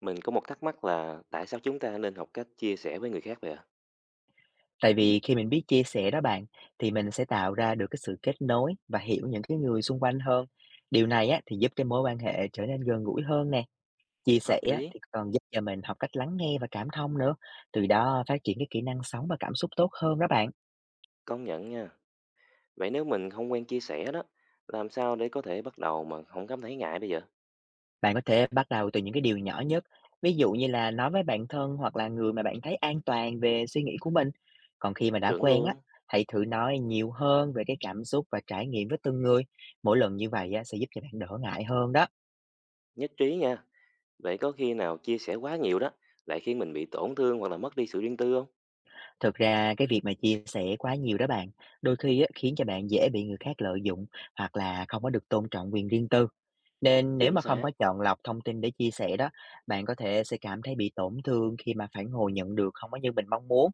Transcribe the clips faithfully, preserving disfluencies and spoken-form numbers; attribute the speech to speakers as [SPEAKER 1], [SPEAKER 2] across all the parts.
[SPEAKER 1] Mình có một thắc mắc là tại sao chúng ta nên học cách chia sẻ với người khác vậy ạ?
[SPEAKER 2] Tại vì khi mình biết chia sẻ đó bạn, thì mình sẽ tạo ra được cái sự kết nối và hiểu những cái người xung quanh hơn. Điều này á, thì giúp cái mối quan hệ trở nên gần gũi hơn nè. Chia sẻ
[SPEAKER 1] Hợp
[SPEAKER 2] á,
[SPEAKER 1] lý,
[SPEAKER 2] thì còn giúp cho mình học cách lắng nghe và cảm thông nữa. Từ đó phát triển cái kỹ năng sống và cảm xúc tốt hơn đó bạn.
[SPEAKER 1] công nhận nha. Vậy nếu mình không quen chia sẻ đó, làm sao để có thể bắt đầu mà không cảm thấy ngại bây giờ?
[SPEAKER 2] Bạn có thể bắt đầu từ những cái điều nhỏ nhất. Ví dụ như là nói với bạn thân hoặc là người mà bạn thấy an toàn về suy nghĩ của mình. Còn khi mà đã
[SPEAKER 1] Chuẩn
[SPEAKER 2] quen á,
[SPEAKER 1] luôn,
[SPEAKER 2] hãy thử nói nhiều hơn về cái cảm xúc và trải nghiệm với từng người. Mỗi lần như vậy á, sẽ giúp cho bạn đỡ ngại hơn đó.
[SPEAKER 1] nhất trí nha. Vậy có khi nào chia sẻ quá nhiều đó, lại khiến mình bị tổn thương hoặc là mất đi sự riêng tư không?
[SPEAKER 2] Thực ra cái việc mà chia sẻ quá nhiều đó bạn, đôi khi á, khiến cho bạn dễ bị người khác lợi dụng hoặc là không có được tôn trọng quyền riêng tư. Nên nếu
[SPEAKER 1] Chính
[SPEAKER 2] mà không
[SPEAKER 1] xác,
[SPEAKER 2] có chọn lọc thông tin để chia sẻ đó, bạn có thể sẽ cảm thấy bị tổn thương khi mà phản hồi nhận được không có như mình mong muốn.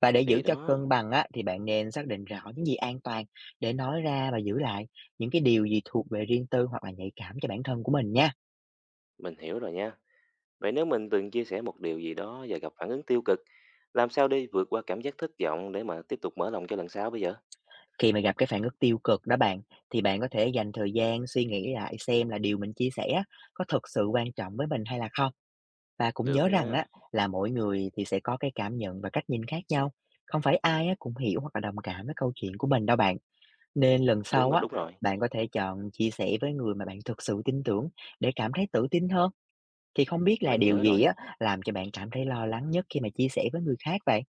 [SPEAKER 2] Và để giữ
[SPEAKER 1] thì
[SPEAKER 2] cho cân
[SPEAKER 1] đó,
[SPEAKER 2] bằng á, thì bạn nên xác định rõ những gì an toàn để nói ra và giữ lại những cái điều gì thuộc về riêng tư hoặc là nhạy cảm cho bản thân của mình nha.
[SPEAKER 1] mình hiểu rồi nha. Vậy nếu mình từng chia sẻ một điều gì đó và gặp phản ứng tiêu cực, làm sao để vượt qua cảm giác thất vọng để mà tiếp tục mở lòng cho lần sau bây giờ?
[SPEAKER 2] Khi mà gặp cái phản ứng tiêu cực đó bạn, thì bạn có thể dành thời gian suy nghĩ lại xem là điều mình chia sẻ á, có thực sự quan trọng với mình hay là không. Và cũng
[SPEAKER 1] Được
[SPEAKER 2] nhớ rằng á,
[SPEAKER 1] nha,
[SPEAKER 2] là mỗi người thì sẽ có cái cảm nhận và cách nhìn khác nhau. Không phải ai á, cũng hiểu hoặc là đồng cảm với câu chuyện của mình đâu bạn. Nên lần
[SPEAKER 1] chúng
[SPEAKER 2] sau á,
[SPEAKER 1] đúng rồi,
[SPEAKER 2] bạn có thể chọn chia sẻ với người mà bạn thực sự tin tưởng để cảm thấy tự tin hơn. Thì không biết là
[SPEAKER 1] mình
[SPEAKER 2] điều
[SPEAKER 1] nhớ rồi.
[SPEAKER 2] gì á, làm cho bạn cảm thấy lo lắng nhất khi mà chia sẻ với người khác vậy?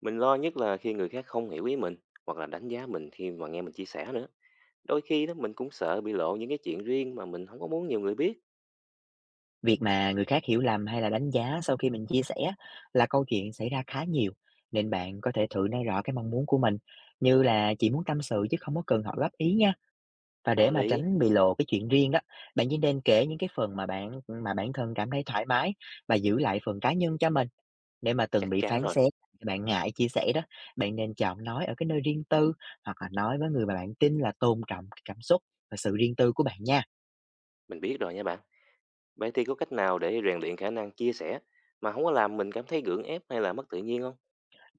[SPEAKER 1] Mình lo nhất là khi người khác không hiểu ý mình hoặc là đánh giá mình khi mà nghe mình chia sẻ nữa. Đôi khi đó mình cũng sợ bị lộ những cái chuyện riêng mà mình không có muốn nhiều người biết.
[SPEAKER 2] Việc mà người khác hiểu lầm hay là đánh giá sau khi mình chia sẻ là câu chuyện xảy ra khá nhiều, nên bạn có thể thử nói rõ cái mong muốn của mình, như là chỉ muốn tâm sự chứ không có cần họ góp ý nha. Và
[SPEAKER 1] Có
[SPEAKER 2] để mà
[SPEAKER 1] lý,
[SPEAKER 2] tránh bị lộ cái chuyện riêng đó, bạn chỉ nên kể những cái phần mà bạn mà bản thân cảm thấy thoải mái và giữ lại phần cá nhân cho mình. Để mà từng
[SPEAKER 1] chắc
[SPEAKER 2] bị
[SPEAKER 1] chắn
[SPEAKER 2] phán
[SPEAKER 1] rồi,
[SPEAKER 2] xét, bạn ngại chia sẻ đó, bạn nên chọn nói ở cái nơi riêng tư hoặc là nói với người mà bạn tin là tôn trọng cái cảm xúc và sự riêng tư của bạn nha.
[SPEAKER 1] mình biết rồi nha bạn. Vậy thì có cách nào để rèn luyện khả năng chia sẻ mà không có làm mình cảm thấy gượng ép hay là mất tự nhiên không?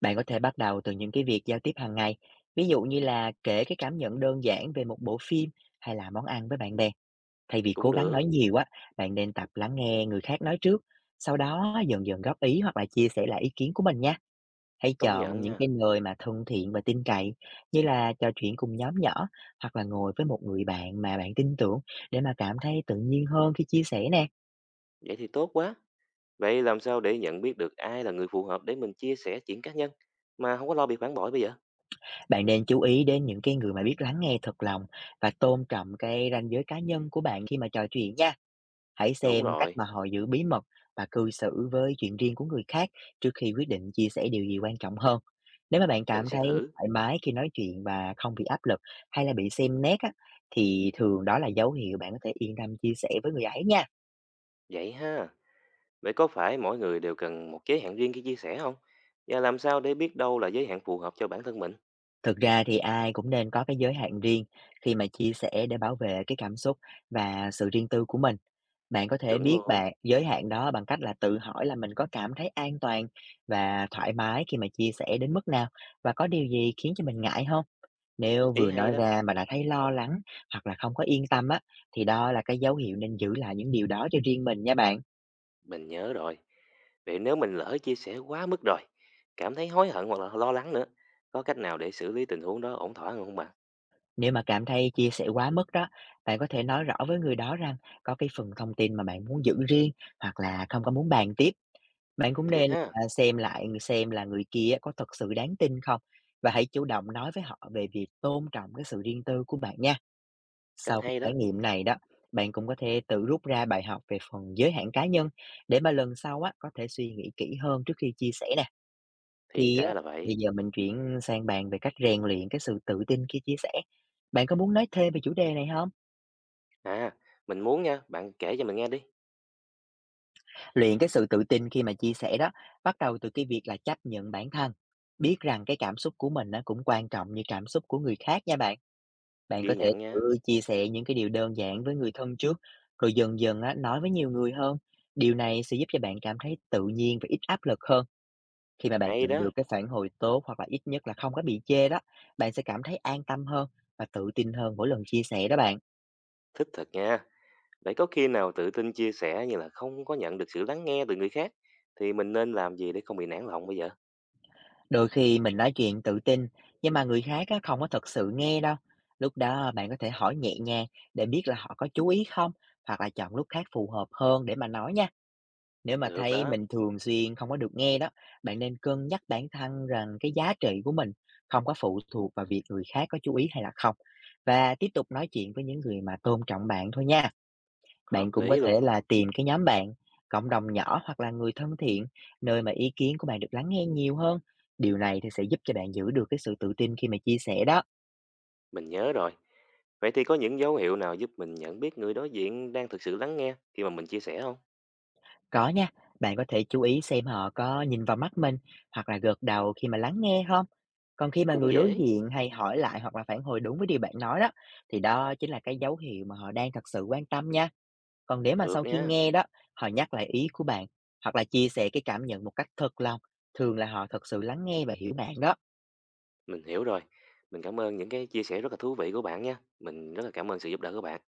[SPEAKER 2] Bạn có thể bắt đầu từ những cái việc giao tiếp hàng ngày, ví dụ như là kể cái cảm nhận đơn giản về một bộ phim hay là món ăn với bạn bè. Thay vì
[SPEAKER 1] Cũng
[SPEAKER 2] cố gắng
[SPEAKER 1] được,
[SPEAKER 2] nói nhiều á, bạn nên tập lắng nghe người khác nói trước, sau đó dần dần góp ý hoặc là chia sẻ lại ý kiến của mình nha. Hãy
[SPEAKER 1] công nhận
[SPEAKER 2] chọn những
[SPEAKER 1] nha.
[SPEAKER 2] cái người mà thân thiện và tin cậy, như là trò chuyện cùng nhóm nhỏ hoặc là ngồi với một người bạn mà bạn tin tưởng để mà cảm thấy tự nhiên hơn khi chia sẻ nè.
[SPEAKER 1] Vậy thì tốt quá. Vậy làm sao để nhận biết được ai là người phù hợp để mình chia sẻ chuyện cá nhân mà không có lo bị phản bội bây giờ?
[SPEAKER 2] Bạn nên chú ý đến những cái người mà biết lắng nghe thật lòng và tôn trọng cái ranh giới cá nhân của bạn khi mà trò chuyện nha. Hãy
[SPEAKER 1] Đúng
[SPEAKER 2] xem cách
[SPEAKER 1] rồi,
[SPEAKER 2] mà họ giữ bí mật và cư xử với chuyện riêng của người khác trước khi quyết định chia sẻ điều gì quan trọng hơn. Nếu mà bạn cảm
[SPEAKER 1] mình sẽ
[SPEAKER 2] thấy
[SPEAKER 1] thử.
[SPEAKER 2] thoải mái khi nói chuyện và không bị áp lực hay là bị xem nét á, thì thường đó là dấu hiệu bạn có thể yên tâm chia sẻ với người ấy nha.
[SPEAKER 1] Vậy ha. Vậy có phải mỗi người đều cần một giới hạn riêng khi chia sẻ không? Và làm sao để biết đâu là giới hạn phù hợp cho bản thân mình?
[SPEAKER 2] Thực ra thì ai cũng nên có cái giới hạn riêng khi mà chia sẻ để bảo vệ cái cảm xúc và sự riêng tư của mình. Bạn có thể
[SPEAKER 1] Chuẩn
[SPEAKER 2] biết
[SPEAKER 1] luôn.
[SPEAKER 2] bạn giới hạn đó bằng cách là tự hỏi là mình có cảm thấy an toàn và thoải mái khi mà chia sẻ đến mức nào, và có điều gì khiến cho mình ngại không? Nếu
[SPEAKER 1] Ý
[SPEAKER 2] vừa
[SPEAKER 1] hay
[SPEAKER 2] nói
[SPEAKER 1] đó.
[SPEAKER 2] ra mà đã thấy lo lắng hoặc là không có yên tâm á, thì đó là cái dấu hiệu nên giữ lại những điều đó cho riêng mình nha bạn.
[SPEAKER 1] Mình nhớ rồi. Vậy nếu mình lỡ chia sẻ quá mức rồi, cảm thấy hối hận hoặc là lo lắng nữa, có cách nào để xử lý tình huống đó ổn thỏa không bạn?
[SPEAKER 2] Nếu mà cảm thấy chia sẻ quá mức đó, bạn có thể nói rõ với người đó rằng có cái phần thông tin mà bạn muốn giữ riêng hoặc là không có muốn bàn tiếp. Bạn cũng
[SPEAKER 1] Thiệt
[SPEAKER 2] nên
[SPEAKER 1] ha,
[SPEAKER 2] à, xem lại xem là người kia có thật sự đáng tin không, và hãy chủ động nói với họ về việc tôn trọng cái sự riêng tư của bạn nha.
[SPEAKER 1] cách
[SPEAKER 2] Sau cái
[SPEAKER 1] hay đó.
[SPEAKER 2] trải nghiệm này đó, bạn cũng có thể tự rút ra bài học về phần giới hạn cá nhân để mà lần sau á có thể suy nghĩ kỹ hơn trước khi chia sẻ nè.
[SPEAKER 1] Thì
[SPEAKER 2] Thì á,
[SPEAKER 1] ra là vậy.
[SPEAKER 2] bây giờ mình chuyển sang bàn về cách rèn luyện cái sự tự tin khi chia sẻ. Bạn có muốn nói thêm về chủ đề này không?
[SPEAKER 1] À, mình muốn nha, bạn kể cho mình nghe đi.
[SPEAKER 2] Luyện cái sự tự tin khi mà chia sẻ đó, bắt đầu từ cái việc là chấp nhận bản thân, biết rằng cái cảm xúc của mình nó cũng quan trọng như cảm xúc của người khác nha bạn. Bạn có
[SPEAKER 1] Ghi
[SPEAKER 2] thể
[SPEAKER 1] nhận nha.
[SPEAKER 2] thử chia sẻ những cái điều đơn giản với người thân trước, rồi dần dần á, nói với nhiều người hơn. Điều này sẽ giúp cho bạn cảm thấy tự nhiên và ít áp lực hơn. Khi mà bạn
[SPEAKER 1] Hay
[SPEAKER 2] nhận
[SPEAKER 1] đó,
[SPEAKER 2] được cái phản hồi tốt hoặc là ít nhất là không có bị chê đó, bạn sẽ cảm thấy an tâm hơn và tự tin hơn mỗi lần chia sẻ đó bạn.
[SPEAKER 1] thích thật nha. Vậy có khi nào tự tin chia sẻ như là không có nhận được sự lắng nghe từ người khác, thì mình nên làm gì để không bị nản lòng bây giờ?
[SPEAKER 2] Đôi khi mình nói chuyện tự tin nhưng mà người khác á, không có thật sự nghe đâu. Lúc đó bạn có thể hỏi nhẹ nhàng để biết là họ có chú ý không, hoặc là chọn lúc khác phù hợp hơn để mà nói nha. Nếu mà
[SPEAKER 1] Được
[SPEAKER 2] thấy
[SPEAKER 1] đó,
[SPEAKER 2] mình thường xuyên không có được nghe đó, bạn nên cân nhắc bản thân rằng cái giá trị của mình không có phụ thuộc vào việc người khác có chú ý hay là không. Và tiếp tục nói chuyện với những người mà tôn trọng bạn thôi nha. Bạn
[SPEAKER 1] hợp
[SPEAKER 2] cũng có
[SPEAKER 1] lý luôn.
[SPEAKER 2] thể là tìm cái nhóm bạn, cộng đồng nhỏ hoặc là người thân thiện, nơi mà ý kiến của bạn được lắng nghe nhiều hơn. Điều này thì sẽ giúp cho bạn giữ được cái sự tự tin khi mà chia sẻ đó.
[SPEAKER 1] Mình nhớ rồi. Vậy thì có những dấu hiệu nào giúp mình nhận biết người đối diện đang thực sự lắng nghe khi mà mình chia sẻ không?
[SPEAKER 2] Có nha, bạn có thể chú ý xem họ có nhìn vào mắt mình hoặc là gật đầu khi mà lắng nghe không. Còn khi mà
[SPEAKER 1] Cũng
[SPEAKER 2] người đối
[SPEAKER 1] dễ.
[SPEAKER 2] diện hay hỏi lại hoặc là phản hồi đúng với điều bạn nói đó, thì đó chính là cái dấu hiệu mà họ đang thật sự quan tâm nha. Còn nếu mà
[SPEAKER 1] Được
[SPEAKER 2] sau khi
[SPEAKER 1] nha.
[SPEAKER 2] nghe đó, họ nhắc lại ý của bạn hoặc là chia sẻ cái cảm nhận một cách thật lòng, thường là họ thật sự lắng nghe và hiểu bạn đó.
[SPEAKER 1] Mình hiểu rồi. Mình cảm ơn những cái chia sẻ rất là thú vị của bạn nha. Mình rất là cảm ơn sự giúp đỡ của bạn.